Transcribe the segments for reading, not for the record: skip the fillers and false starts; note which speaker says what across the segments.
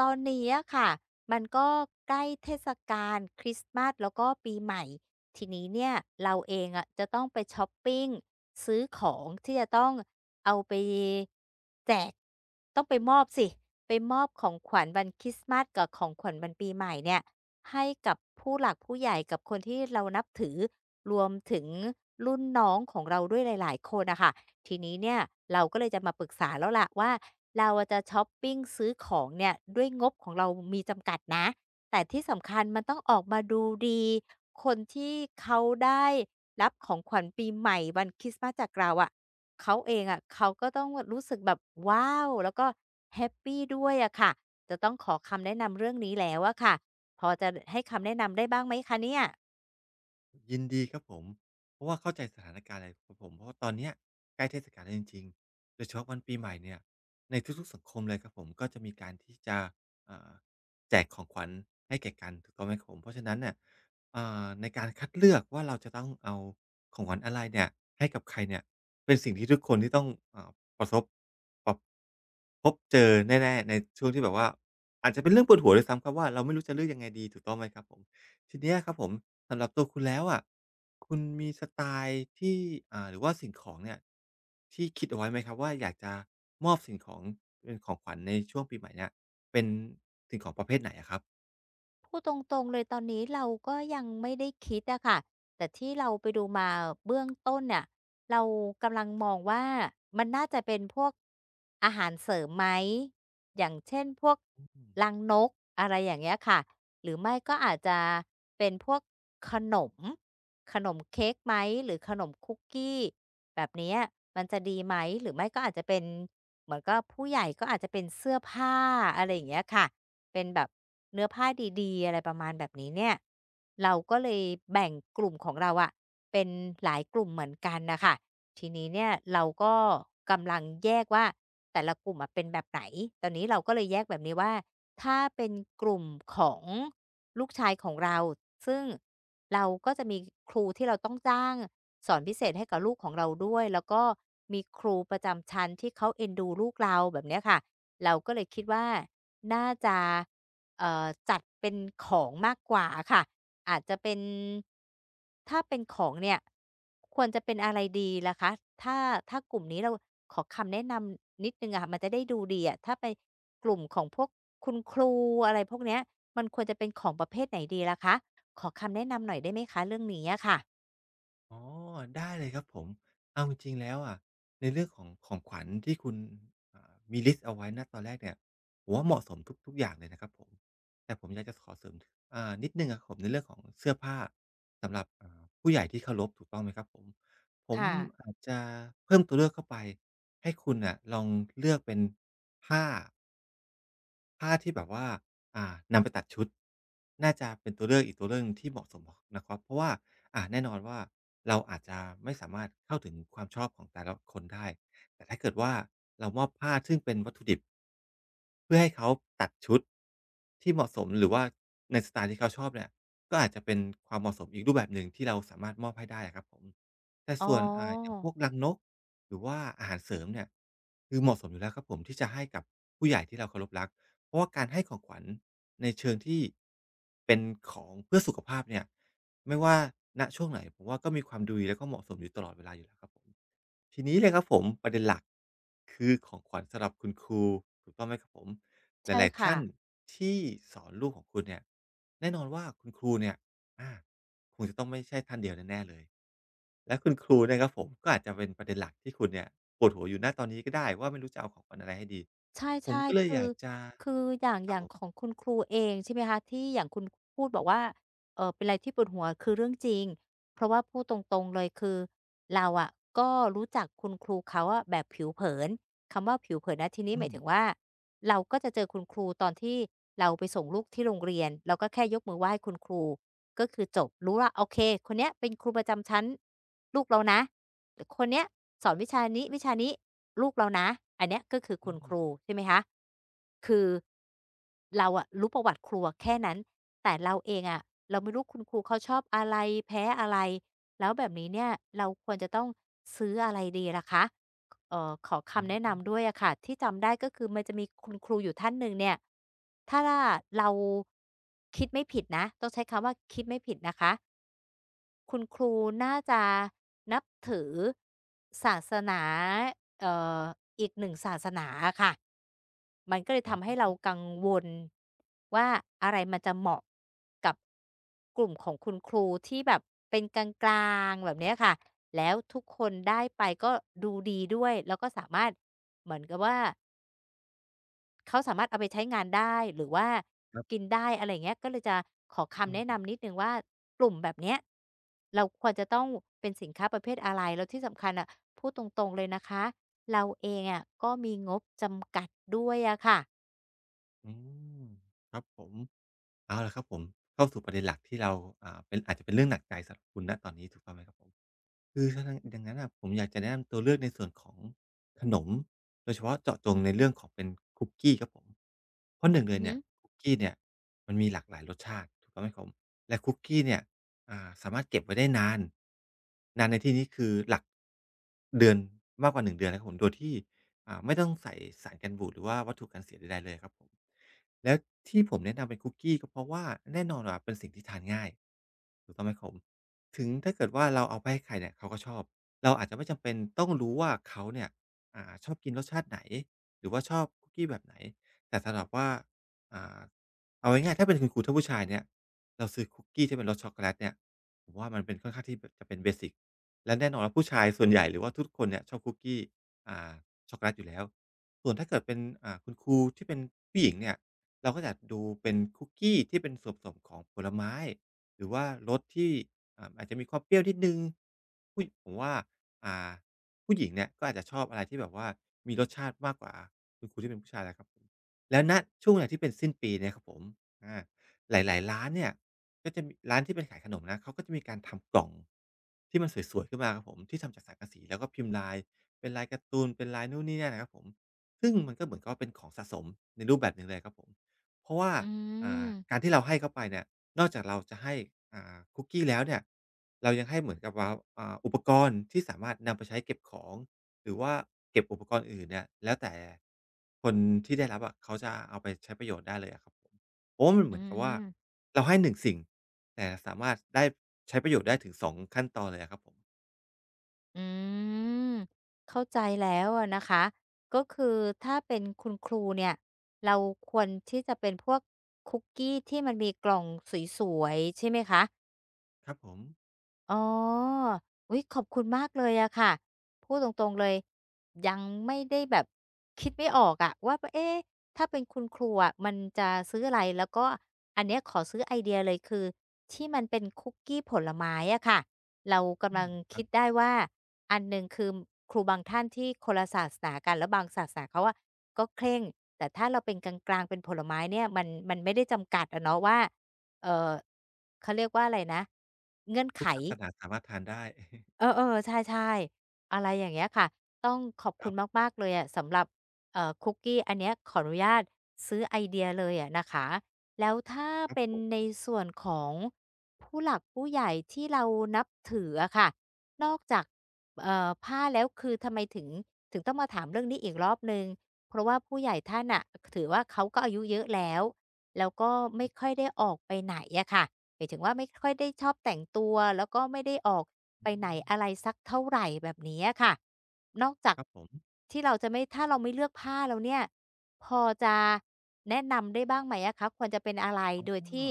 Speaker 1: ตอนนี้อะค่ะมันก็ใกล้เทศกาลคริสต์มาสแล้วก็ปีใหม่ทีนี้เนี่ยเราเองอะจะต้องไปชอปปิ้งซื้อของที่จะต้องเอาไปแจกต้องไปมอบสิไปมอบของขวัญวันคริสต์มาสกับของขวัญวันปีใหม่เนี่ยให้กับผู้หลักผู้ใหญ่กับคนที่เรานับถือรวมถึงรุ่นน้องของเราด้วยหลายๆคนนะคะ ทีนี้เนี่ยเราก็เลยจะมาปรึกษาแล้วล่ะว่าเราอะจะช็อปปิงซื้อของเนี่ยด้วยงบของเรามีจำกัดนะแต่ที่สำคัญมันต้องออกมาดูดีคนที่เขาได้รับของขวัญปีใหม่วันคริสต์มาสจากเราอะเขาเองอะเขาก็ต้องรู้สึกแบบว้าวแล้วก็แฮปปีด้วยอะค่ะจะต้องขอคำแนะนำเรื่องนี้แล้วอะค่ะพอจะให้คำแนะนำได้บ้างไหมคะเนี่ย
Speaker 2: ยินดีครับผมเพราะว่าเข้าใจสถานการณ์เลยครับผมเพราะว่าตอนเนี้ยใกล้เทศกาลแล้วจริงๆโดยเฉพาะวันปีใหม่เนี่ยในทุกๆสังคมเลยครับผมก็จะมีการที่จะอ่าแจกของขวัญให้แก่กันถูกต้องไหมครับผมเพราะฉะนั้นเนี่ยในการคัดเลือกว่าเราจะต้องเอาของขวัญอะไรเนี่ยให้กับใครเนี่ยเป็นสิ่งที่ทุกคนที่ต้องอ่าประสบปบพบเจอแน่ๆในช่วงที่แบบว่าอาจจะเป็นเรื่องปวดหัวด้วยซ้ำครับว่าเราไม่รู้จะเลือกยังไงดีถูกต้องไหมครับผม ทีเนี้ยครับผมสำหรับตัวคุณแล้วอะคุณมีสไตล์ที่หรือว่าสิ่งของเนี่ยที่คิดเอาไว้ไหมครับว่าอยากจะมอบสิ่งของเป็นของขวัญในช่วงปีใหม่เนี่ยเป็นสิ่งของประเภทไหนอะครับ
Speaker 1: พูดตรงๆเลยตอนนี้เราก็ยังไม่ได้คิดอะค่ะ แต่ที่เราไปดูมาเบื้องต้นเนี่ยเรากำลังมองว่ามันน่าจะเป็นพวกอาหารเสริมไหมอย่างเช่นพวกลังนกอะไรอย่างเงี้ยค่ะหรือไม่ก็อาจจะเป็นพวกขนมขนมเค้กไหมหรือขนมคุกกี้แบบเนี้ยมันจะดีไหมหรือไม่ก็อาจจะเป็นเหมือนกับผู้ใหญ่ก็อาจจะเป็นเสื้อผ้าอะไรอย่างเงี้ยค่ะเป็นแบบเนื้อผ้าดีๆอะไรประมาณแบบนี้เนี่ย เราก็เลยแบ่งกลุ่มของเราอะเป็นหลายกลุ่มเหมือนกันนะคะทีนี้เนี่ยเราก็กำลังแยกว่าแต่ละกลุ่มอะเป็นแบบไหนตอนนี้เราก็เลยแยกแบบนี้ว่าถ้าเป็นกลุ่มของลูกชายของเราซึ่งเราก็จะมีครูที่เราต้องจ้างสอนพิเศษให้กับลูกของเราด้วยแล้วก็มีครูประจำชั้นที่เขาเอ็นดูลูกเราแบบเนี้ยค่ะเราก็เลยคิดว่าน่าจะ จัดเป็นของมากกว่าค่ะอาจจะเป็นถ้าเป็นของเนี่ยควรจะเป็นอะไรดีล่ะคะถ้าถ้ากลุ่มนี้เราขอคำแนะนำนิดนึ่งอ่ะมันจะได้ดูดีอะถ้าไปกลุ่มของพวกคุณครูอะไรพวกเนี้ยมันควรจะเป็นของประเภทไหนดีล่ะคะขอคำแนะนำหน่อยได้ไหมคะเรื่องนี้อะค่ะ
Speaker 2: อ๋อได้เลยครับผมเอาจริงๆแล้วอะในเรื่องของของขวัญที่คุณมีลิสต์เอาไว้ณตอนแรกเนี่ยผมว่าเหมาะสมทุกทุกอย่างเลยนะครับผมแต่ผมอยากจะขอเสริมนิดหนึ่งอะครับผมในเรื่องของเสื้อผ้าสำหรับผู้ใหญ่ที่เคารพถูกต้องไหมครับผมผม
Speaker 1: ค่ะ
Speaker 2: อาจจะเพิ่มตัวเลือกเข้าไปให้คุณน่ะลองเลือกเป็นผ้า ผ้าที่แบบว่าอ่านำไปตัดชุดน่าจะเป็นตัวเลือกอีกตัวเลือกหนึ่งที่เหมาะสมนะครับเพราะว่าแน่นอนว่าเราอาจจะไม่สามารถเข้าถึงความชอบของแต่ละคนได้แต่ถ้าเกิดว่าเรามอบผ้าซึ่งเป็นวัตถุดิบเพื่อให้เขาตัดชุดที่เหมาะสมหรือว่าในสไตล์ที่เขาชอบเนี่ยก็อาจจะเป็นความเหมาะสมอีกรูปแบบหนึ่งที่เราสามารถมอบให้ได้อะครับผมแต่
Speaker 1: อ๋อ
Speaker 2: ส่วนอย่างพวกรังนก หรือว่าอาหารเสริมเนี่ยคือเหมาะสมอยู่แล้วครับผมที่จะให้กับผู้ใหญ่ที่เราเคารพรักเพราะว่าการให้ของขวัญในเชิงที่เป็นของเพื่อสุขภาพเนี่ยไม่ว่าณช่วงไหนผมว่าก็มีความดีแล้วก็เหมาะสมอยู่ตลอดเวลาอยู่แล้วครับผม ทีนี้เลยครับผมประเด็นหลักคือของขวัญสำหรับคุณครูถูกต้องไหมครับผมห
Speaker 1: ใช่
Speaker 2: ลายๆ
Speaker 1: ค่ะ
Speaker 2: ท่านที่สอนลูกของคุณเนี่ยแน่นอนว่าคุณครูเนี่ยอาคงจะต้องไม่ใช่ท่านเดียวแน่ๆเลยและคุณครูเนี่ยครับผมก็อาจจะเป็นประเด็นหลักที่คุณเนี่ยปวดหัวอยู่ณตอนนี้ก็ได้ว่าไม่รู้จะเอาของขวัญอะไรให้ดี
Speaker 1: ใช
Speaker 2: ผม
Speaker 1: ่
Speaker 2: ก็เล
Speaker 1: ๆ
Speaker 2: ย
Speaker 1: คื
Speaker 2: อ
Speaker 1: อ
Speaker 2: ยากจะ
Speaker 1: คืออย่าง
Speaker 2: ค
Speaker 1: อ
Speaker 2: รับ
Speaker 1: ย่า
Speaker 2: ผ
Speaker 1: งของ
Speaker 2: ม
Speaker 1: คุณครูเองใช่ไหมคะที่อย่างคุณพูดบอกว่าเป็นอะไรที่ปวดหัวคือเรื่องจริงเพราะว่าพูดตรงๆเลยคือเราอะก็รู้จักคุณครูเขาอะแบบผิวเผินคำว่าผิวเผินณที่นี้
Speaker 2: อื
Speaker 1: หมา
Speaker 2: ม
Speaker 1: ยถึงว่าเราก็จะเจอคุณครูตอนที่เราไปส่งลูกที่โรงเรียนเราก็แค่ยกมือไหว้คุณครูก็คือจบรู้ว่าโอเคคนเนี้ยเป็นครูประจำชั้นลูกเรานะ คนเนี้ยสอนวิชานี้วิชานี้ลูกเรานะอันเนี้ยก็คือ
Speaker 2: อื
Speaker 1: คุณค
Speaker 2: ม
Speaker 1: รูใช่ไหมคะคือเราอะรู้ประวัติครูอะแค่นั้นแต่เราเองอะเราไม่รู้คุณครูเขาชอบอะไรแพ้อะไรแล้วแบบนี้เนี่ยเราควรจะต้องซื้ออะไรดีล่ะคะขอคำ
Speaker 2: อื
Speaker 1: แนะ
Speaker 2: ม
Speaker 1: นำด้วยอะค่ะที่จำได้ก็คือมันจะมีคุณครูอยู่ท่านหนึ่งเนี่ยถ้าเราคิดไม่ผิดนะต้องใช้คำว่าคิดไม่ผิดนะคะ คุณครูน่าจะนับถือศาสนาเอ่ออีกหนึ่งศาสนาอะค่ะ มันก็เลย
Speaker 2: อ๋
Speaker 1: ทำให้
Speaker 2: อ
Speaker 1: เรากังวลว่าอะไรมันจะเหมาะกับกลุ่มของคุณครูที่แบบเป็นกลางๆแบบเนี้ยค่ะ แล้วทุกคนได้ไปก็ดูดีด้วยแล้วก็สามารถเหมือนกับว่า เขาสามารถเอาไปใช้งานได้หรือว่า
Speaker 2: ครั
Speaker 1: กิน
Speaker 2: บ
Speaker 1: ได้อะไรอย่างเงี้ยก็เลยจะขอ
Speaker 2: อื
Speaker 1: คำแนะนำนิ
Speaker 2: ม
Speaker 1: ดหนึ่งว่ากลุ่มแบบเนี้ยเราควรจะต้องเป็นสินค้าประเภทอะไรแล้วที่สำคัญอะพูดตรงๆเลยนะคะเราเองอะก็มีงบจำกัดด้วยอะค่ะ
Speaker 2: อืมครับผม เอาล่ะครับผมเข้าสู่ประเด็นหลักที่เราเป็นอาจจะเป็นเรื่องหนักใจสำหรับคุณณตอนนี้ถูกต้องไหมครับผม คือถ้าทั้งดังนั้นน่ะผมอยากจะแนะนำตัวเลือกในส่วนของขนมโดยเฉพาะเจาะจงในเรื่องของเป็นคุกกี้ครับผมเพราะหนึ่งเล
Speaker 1: อือ
Speaker 2: ย
Speaker 1: ฮึ
Speaker 2: เนี่ยคุกกี้เนี่ยมันมีหลากหลายรสชาติถูกต้องไหมครับผมและคุกกี้เนี่ยสามารถเก็บไว้ได้นานนานในที่นี้คือหลักเดือนมากกว่าหนึ่งเดือนนะครับผมโดยที่ไม่ต้องใส่สารกันบูดหรือว่าวัตถุกันเสียใดๆเลยครับผมแล้วที่ผมแนะนำเป็นคุกกี้ก็เพราะว่าแน่นอนว่าเป็นสิ่งที่ทานง่ายถูกต้องไหมครับผม ถึงถ้าเกิดว่าเราเอาไปให้ใครเนี่ยเขาก็ชอบเราอาจจะไม่จำเป็นต้องรู้ว่าเขาเนี่ยชอบกินรสชาติไหนหรือว่าชอบคุกกี้แบบไหนแต่สำหรับว่าอ่าเอาง่ายๆถ้าเป็นคุณครูท่านผู้ชายเนี่ยเราซื้อคุกกี้ที่เป็นรสช็อกโกแลตเนี่ยผมว่ามันเป็นค่อนข้างที่แบบจะเป็นเบสิกและแน่นอนว่าผู้ชายส่วนใหญ่หรือว่าทุกคนเนี่ยชอบคุกกี้อ่าช็อกโกแลตอยู่แล้วส่วนถ้าเกิดเป็นคุณครูที่เป็นผู้หญิงเนี่ยเราก็จะดูเป็นคุกกี้ที่เป็นส่วนผสมของผลไม้หรือว่ารสที่ อาจจะมีความเปรี้ยวนิดหนึ่งผมว่าอ่าผู้หญิงเนี่ยก็อาจจะชอบอะไรที่แบบว่ามีรสชาติมากกว่าคุณที่เป็นผู้ชายนะครับผมแล้วณช่วงเวลาที่เป็นสิ้นปีเนี่ยครับผมอาหลายๆร้านเนี่ยก็จะมีร้านที่เป็นขายขนมนะเขาก็จะมีการทำกล่องที่มันสวยๆขึ้นมาครับผมที่ทำจากสังกะสีแล้วก็พิมพ์ลายเป็นลายการ์ตูนเป็นลายนู่นนี่นั่นนะครับผมซึ่งมันก็เหมือนกับว่าเป็นของสะสมในรูปแบบหนึ่งเลยครับผมเพราะว่า
Speaker 1: อื
Speaker 2: อ่า
Speaker 1: ม
Speaker 2: การที่เราให้เขาไปเนี่ยนอกจากเราจะให้คุกกี้แล้วเนี่ยเรายังให้เหมือนกับว่าอุปกรณ์ที่สามารถนำไปใช้เก็บของหรือว่าเก็บอุปกรณ์อื่นเนี่ยแล้วแต่คนที่ได้รับอะเขาจะเอาไปใช้ประโยชน์ได้เลยอะครับผมเพราะว่ามันเห
Speaker 1: อื
Speaker 2: มือนกับว่า
Speaker 1: ม
Speaker 2: เราให้หนึ่งสิ่งแต่สามารถได้ใช้ประโยชน์ได้ถึงสองขั้นตอนเลยอะครับผม
Speaker 1: อืมเข้าใจแล้วอะนะคะก็คือถ้าเป็นคุณครูเนี่ยเราควรที่จะเป็นพวกคุกกี้ที่มันมีกล่องสวยๆใช่ไหมคะ
Speaker 2: ครับผม
Speaker 1: อ๋ออุ๊ยขอบคุณมากเลยอะค่ะ พูดตรงๆเลยยังไม่ได้แบบคิดไม่ออกอะว่าเอ๊ะถ้าเป็นคุณครูอะมันจะซื้ออะไรแล้วก็อันเนี้ยขอซื้อไอเดียเลยคือที่มันเป็นคุกกี้ผลไม้อะค่ะเรา
Speaker 2: อื
Speaker 1: กำลัง
Speaker 2: มครั
Speaker 1: คิ
Speaker 2: บ
Speaker 1: ดได้ว่าอันหนึ่งคือครูบางท่านที่คนละศาสนากันแล้วบางศาสนาเขาอะก็เคร่งแต่ถ้าเราเป็นกลางๆเป็นผลไม้เนี่ยมันไม่ได้จำกัดอะเนาะว่าเอ่อเขาเรียกว่าอะไรนะเงื่อน
Speaker 2: ทุ
Speaker 1: ไข
Speaker 2: กศาสนาสามารถทานได้
Speaker 1: เออๆใช่ๆอะไรอย่างเงี้ยค่ะต้องขอบ
Speaker 2: ค
Speaker 1: คุ
Speaker 2: รั
Speaker 1: ณ
Speaker 2: บ
Speaker 1: มากๆเลยอะสำหรับคุกกี้อันเนี้ยขออนุญาตซื้อไอเดียเลยอะนะคะแล้วถ้า
Speaker 2: ครับ
Speaker 1: เป็น
Speaker 2: ผม
Speaker 1: ในส่วนของผู้หลักผู้ใหญ่ที่เรานับถืออะค่ะนอกจากผ้าแล้วคือทำไมถึงต้องมาถามเรื่องนี้อีกรอบหนึ่งเพราะว่าผู้ใหญ่ท่านน่ะถือว่าเขาก็อายุเยอะแล้วแล้วก็ไม่ค่อยได้ออกไปไหนอะค่ะหมายถึงว่าไม่ค่อยได้ชอบแต่งตัวแล้วก็ไม่ได้ออก ไป
Speaker 2: อื
Speaker 1: ไหน
Speaker 2: ม
Speaker 1: อะไรสักเท่าไหร่แบบนี้อะค่ะนอกจาก
Speaker 2: ครับผม
Speaker 1: ที่เราจะไม่ถ้าเราไม่เลือกผ้าแล้วเนี่ยพอจะแนะนำได้บ้างไหมอะคะควรจะเป็นอะไร
Speaker 2: อ๋อ
Speaker 1: โดยที่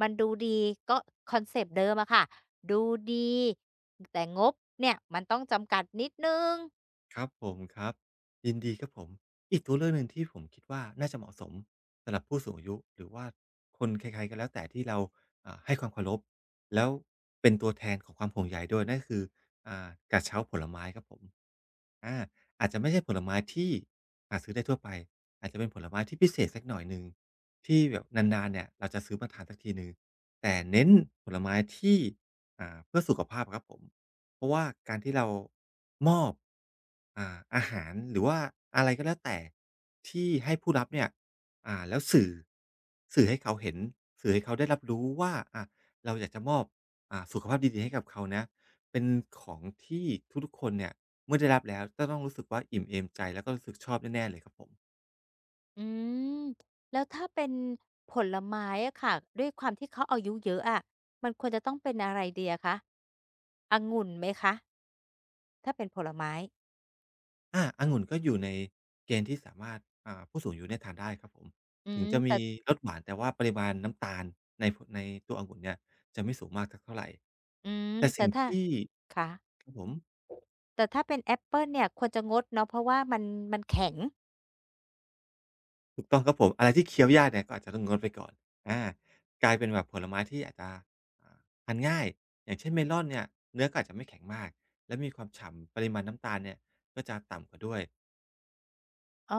Speaker 1: มันดูดีก็คอนเซปต์เดิมอะค่ะดูดีแต่งบเนี่ยมันต้องจำกัดนิดหนึ่ง
Speaker 2: ครับผมครับยินดีครับผมอีกตัวเลือกหนึ่งที่ผมคิดว่าน่าจะเหมาะสมสำหรับผู้สูงอายุหรือว่าคนใครๆก็แล้วแต่ที่เราให้ความเคารพแล้วเป็นตัวแทนของความห่วงใยด้วยนั่นก็คืออ่ากระเช้าผลไม้ครับผมอาอาจจะไม่ใช่ผลไม้ที่หาซื้อได้ทั่วไปอาจจะเป็นผลไม้ที่พิเศษสักหน่อยหนึ่งที่แบบนานๆเนี่ยเราจะซื้อมาทานสักทีหนึ่งแต่เน้นผลไม้ที่เพื่อสุขภาพอะครับผม เพราะว่าการที่เรามอบอาหารหรือว่าอะไรก็แล้วแต่ที่ให้ผู้รับเนี่ยแล้วสื่อให้เขาเห็นสื่อให้เขาได้รับรู้ว่าเราอยากจะมอบสุขภาพดีๆให้กับเขานะ เป็นของที่ทุกๆคนเนี่ยเมื่อได้รับแล้วจะต้องรู้สึกว่าอิ่มเอมใจแล้วก็รู้สึกชอบแน่ๆเลยครับผม
Speaker 1: อืมแล้วถ้าเป็นผลไม้อะค่ะด้วยความที่เขาอายุเยอะอะมันควรจะต้องเป็นอะไรดีอะคะองุ่นไหมคะถ้าเป็นผลไม้
Speaker 2: อาองุ่นก็อยู่ในเกณฑ์ที่สามารถผู้สูงอายุเนี่ยทานได้ครับผม
Speaker 1: อื
Speaker 2: ถึง
Speaker 1: ม
Speaker 2: จะ
Speaker 1: แต่
Speaker 2: มีรสหวานแต่ว่าปริมาณน้ำตาลในตัวองุ่นเนี่ยจะไม่สูงมากสักเท่าไร
Speaker 1: อืม
Speaker 2: แต่
Speaker 1: แต่
Speaker 2: สิ่ง
Speaker 1: ถ้า
Speaker 2: ที่
Speaker 1: ค่ะ
Speaker 2: ครับผม
Speaker 1: แต่ถ้าเป็นแอปเปิลเนี่ยควรจะงดเนาะเพราะว่ามันมันแข็ง
Speaker 2: ถูกต้องครับผมอะไรที่เคี้ยวยากเนี่ยก็อาจจะต้องงดไปก่อนอากลายเป็นแบบผลไม้ที่อาจจะอ่าทานง่ายอย่างเช่นเมลอนเนี่ยเนื้อก็อาจจะไม่แข็งมากและมีความฉ่ำปริมาณน้ำตาลเนี่ยก็จะต่ำกว่าด้วย
Speaker 1: อ๋อ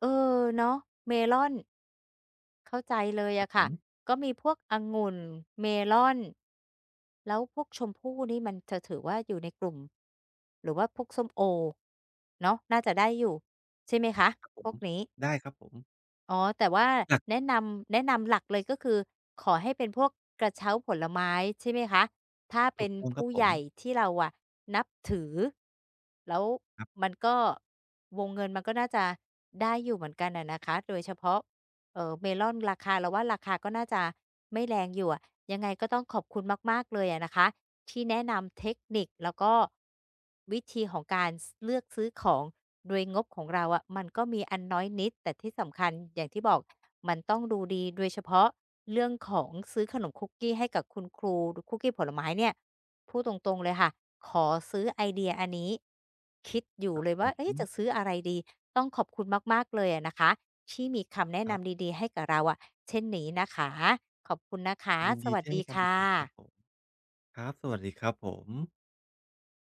Speaker 1: เออเนาะเมลอนเข้าใจเลย
Speaker 2: ครับ
Speaker 1: อะ
Speaker 2: ผ
Speaker 1: ค่ะ
Speaker 2: ม
Speaker 1: ก็มีพวกองุ่นเมลอนแล้วพวกชมพู่นี่มันจะถือว่าอยู่ในกลุ่มหรือว่าพวกส้มโอเนาะน่าจะได้อยู่ใช่ไหมคะ
Speaker 2: ครับผ
Speaker 1: พ
Speaker 2: ม
Speaker 1: วกนี้
Speaker 2: ได้ครับผม
Speaker 1: อ๋อแต่ว่า
Speaker 2: หลัก
Speaker 1: แนะนำหลักเลยก็คือขอให้เป็นพวกกระเช้าผลไม้ใช่ไหมคะถ้า
Speaker 2: ถู
Speaker 1: เป็
Speaker 2: ก
Speaker 1: น
Speaker 2: ต้องครั
Speaker 1: ผู้
Speaker 2: บผ
Speaker 1: ให
Speaker 2: ม
Speaker 1: ญ่ที่เราอะนับถือแล้ว
Speaker 2: ครับ
Speaker 1: มันก็วงเงินมันก็น่าจะได้อยู่เหมือนกันอะนะคะโดยเฉพาะเมลอนราคาเราว่าราคาก็น่าจะไม่แรงอยู่อะยังไงก็ต้องขอบคุณมากๆเลยอะนะคะ ที่แนะนำเทคนิคแล้วก็วิธีของการเลือกซื้อของโดยงบของเราอะมันก็มีอันน้อยนิดแต่ที่สำคัญอย่างที่บอกมันต้องดูดีโดยเฉพาะเรื่องของซื้อขนมคุกกี้ให้กับคุณครูหรือคุกกี้ผลไม้เนี่ยพูดตรงๆเลยค่ะขอซื้อไอเดียอันนี้คิดอ
Speaker 2: ค
Speaker 1: ยู่
Speaker 2: รับ
Speaker 1: เลย
Speaker 2: ผ
Speaker 1: ว่า
Speaker 2: ม
Speaker 1: เอ๊ะจะซื้ออะไรดีต้องขอบคุณมากๆเลยอะนะคะที่มีคำแนะ
Speaker 2: ครับ
Speaker 1: นำดีๆให้กับเราอะเช่นนี้นะคะขอบคุณนะคะ
Speaker 2: ยิน
Speaker 1: ส
Speaker 2: ดี
Speaker 1: วัส
Speaker 2: ที่
Speaker 1: ดี
Speaker 2: ให้คำป
Speaker 1: ค่
Speaker 2: รึกษาครับผ
Speaker 1: ะ
Speaker 2: มครับสวัสดีครับผม